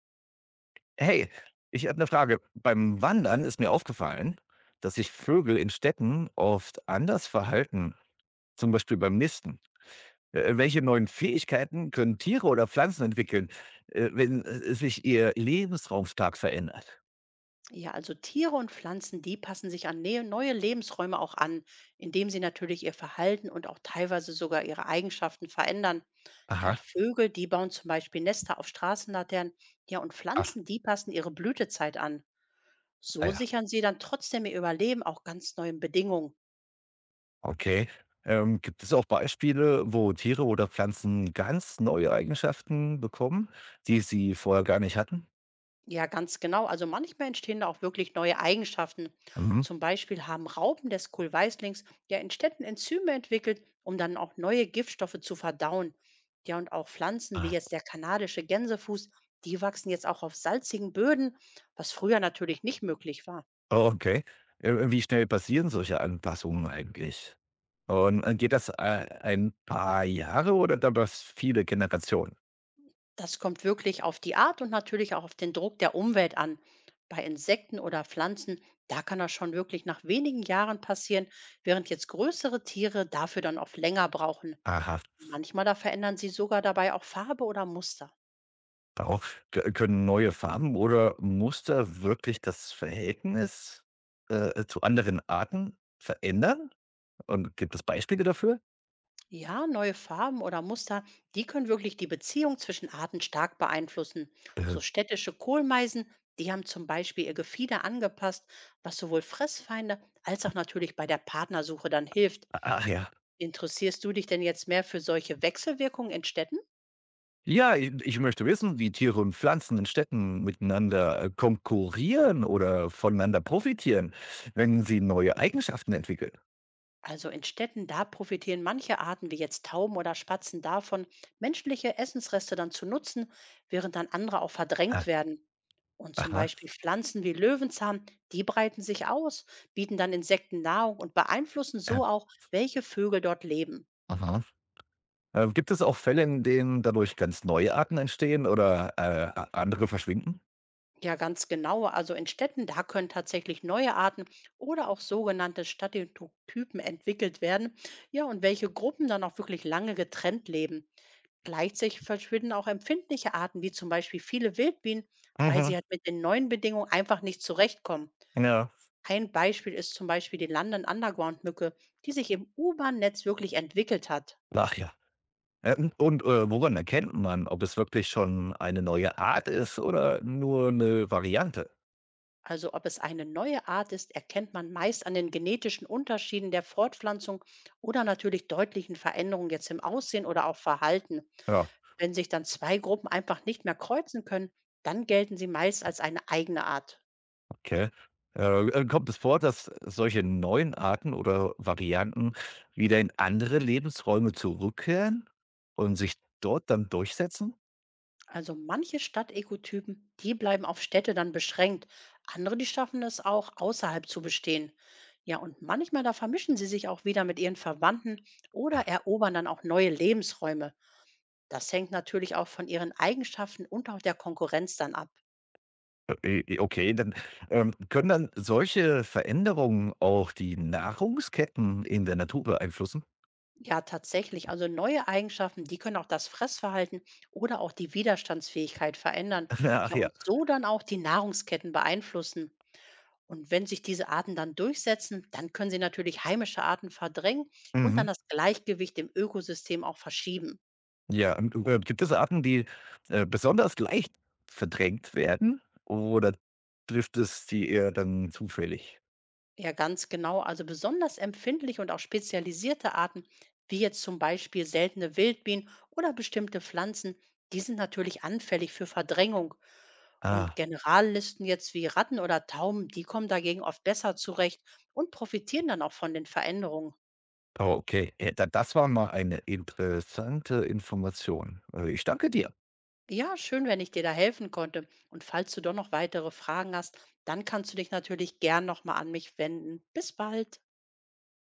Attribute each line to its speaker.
Speaker 1: Hey, ich habe eine Frage. Beim Wandern ist mir aufgefallen, dass sich Vögel in Städten oft anders verhalten, zum Beispiel beim Nisten. Welche neuen Fähigkeiten können Tiere oder Pflanzen entwickeln, wenn, sich ihr Lebensraum stark verändert?
Speaker 2: Ja, also Tiere und Pflanzen, die passen sich an neue Lebensräume auch an, indem sie natürlich ihr Verhalten und auch teilweise sogar ihre Eigenschaften verändern. Ja,
Speaker 1: Aha,
Speaker 2: Vögel, die bauen zum Beispiel Nester auf Straßenlaternen. Ja, und
Speaker 1: ach,
Speaker 2: Pflanzen, die passen ihre Blütezeit an.
Speaker 1: ah
Speaker 2: So
Speaker 1: ja,
Speaker 2: sichern sie dann trotzdem ihr Überleben auch ganz neuen Bedingungen.
Speaker 1: okay. Gibt es auch Beispiele, wo Tiere oder Pflanzen ganz neue Eigenschaften bekommen, die sie vorher gar nicht hatten?
Speaker 2: Ja, ganz genau. Also manchmal entstehen da auch wirklich neue Eigenschaften.
Speaker 1: Mhm.
Speaker 2: Zum Beispiel haben Raupen des Kohlweißlings ja in Städten Enzyme entwickelt, um dann auch neue Giftstoffe zu verdauen. Ja, und auch Pflanzen wie
Speaker 1: Ah,
Speaker 2: jetzt der kanadische Gänsefuß, die wachsen jetzt auch auf salzigen Böden, was früher natürlich nicht möglich war.
Speaker 1: okay. Wie schnell passieren solche Anpassungen eigentlich? Und, geht das, ein paar Jahre oder dauert das viele Generationen?
Speaker 2: Das kommt wirklich auf die Art und natürlich auch auf den Druck der Umwelt an. Bei Insekten oder Pflanzen, da kann das schon wirklich nach wenigen Jahren passieren, während jetzt größere Tiere dafür dann oft länger brauchen.
Speaker 1: Aha,
Speaker 2: Manchmal, da verändern sie sogar dabei auch Farbe oder Muster.
Speaker 1: darauf K können neue Farben oder Muster wirklich das Verhältnis, zu anderen Arten verändern? Und gibt es Beispiele dafür?
Speaker 2: Ja, neue Farben oder Muster, die können wirklich die Beziehung zwischen Arten stark beeinflussen.
Speaker 1: Äh.
Speaker 2: So städtische Kohlmeisen, die haben zum Beispiel ihr Gefieder angepasst, was sowohl Fressfeinde als auch natürlich bei der Partnersuche dann hilft.
Speaker 1: Ach ja.
Speaker 2: Interessierst du dich denn jetzt mehr für solche Wechselwirkungen in Städten?
Speaker 1: Ja, i ich möchte wissen, wie Tiere und Pflanzen in Städten miteinander, konkurrieren oder voneinander profitieren, wenn sie neue Eigenschaften entwickeln.
Speaker 2: Also in Städten, da profitieren manche Arten wie jetzt Tauben oder Spatzen davon, menschliche Essensreste dann zu nutzen, während dann andere auch verdrängt
Speaker 1: Ah,
Speaker 2: werden. Und zum
Speaker 1: aha.
Speaker 2: Beispiel Pflanzen wie Löwenzahn, die breiten sich aus, bieten dann Insekten Nahrung und beeinflussen
Speaker 1: Äh,
Speaker 2: so auch, welche Vögel dort leben.
Speaker 1: aha, mhm. Gibt es auch Fälle, in denen dadurch ganz neue Arten entstehen oder, a andere verschwinden?
Speaker 2: Ja, ganz genau. Also in Städten, da können tatsächlich neue Arten oder auch sogenannte Stadiotypen entwickelt werden. Ja, und welche Gruppen dann auch wirklich lange getrennt leben. Gleichzeitig verschwinden auch empfindliche Arten, wie zum Beispiel viele Wildbienen, weil
Speaker 1: Mhm,
Speaker 2: sie halt mit den neuen Bedingungen einfach nicht zurechtkommen.
Speaker 1: ja.
Speaker 2: Ein Beispiel ist zum Beispiel die London Underground-Mücke, die sich im U-Bahn-Netz wirklich entwickelt hat.
Speaker 1: Ach ja. Und woran erkennt man, ob es wirklich schon eine neue Art ist oder nur eine Variante?
Speaker 2: Also ob es eine neue Art ist, erkennt man meist an den genetischen Unterschieden der Fortpflanzung oder natürlich deutlichen Veränderungen jetzt im Aussehen oder auch Verhalten.
Speaker 1: Ja,
Speaker 2: Wenn sich dann zwei Gruppen einfach nicht mehr kreuzen können, dann gelten sie meist als eine eigene Art.
Speaker 1: okay. Kommt es vor, dass solche neuen Arten oder Varianten wieder in andere Lebensräume zurückkehren und sich dort dann durchsetzen?
Speaker 2: Also manche Stadtekotypen, die bleiben auf Städte dann beschränkt. Andere, die schaffen es auch, außerhalb zu bestehen. Ja, und manchmal, da vermischen sie sich auch wieder mit ihren Verwandten oder erobern dann auch neue Lebensräume. Das hängt natürlich auch von ihren Eigenschaften und auch der Konkurrenz dann ab.
Speaker 1: Okay, dann, können dann solche Veränderungen auch die Nahrungsketten in der Natur beeinflussen?
Speaker 2: Ja, tatsächlich. Also neue Eigenschaften, die können auch das Fressverhalten oder auch die Widerstandsfähigkeit verändern.
Speaker 1: Ach
Speaker 2: Ja,
Speaker 1: ja.
Speaker 2: und so dann auch die Nahrungsketten beeinflussen. Und wenn sich diese Arten dann durchsetzen, dann können sie natürlich heimische Arten verdrängen und
Speaker 1: Mhm.
Speaker 2: dann das Gleichgewicht im Ökosystem auch verschieben.
Speaker 1: Ja, und, gibt es Arten, die, besonders leicht verdrängt werden oder trifft es die eher dann zufällig?
Speaker 2: Ja, ganz genau. Also besonders empfindliche und auch spezialisierte Arten, wie jetzt zum Beispiel seltene Wildbienen oder bestimmte Pflanzen, die sind natürlich anfällig für Verdrängung. Und
Speaker 1: Ah,
Speaker 2: Generallisten jetzt wie Ratten oder Tauben, die kommen dagegen oft besser zurecht und profitieren dann auch von den Veränderungen.
Speaker 1: oh, okay. Ja, da das war mal eine interessante Information. Ich danke dir.
Speaker 2: Ja, schön, wenn ich dir da helfen konnte. Und falls du doch noch weitere Fragen hast, dann kannst du dich natürlich gern nochmal an mich wenden. Bis bald.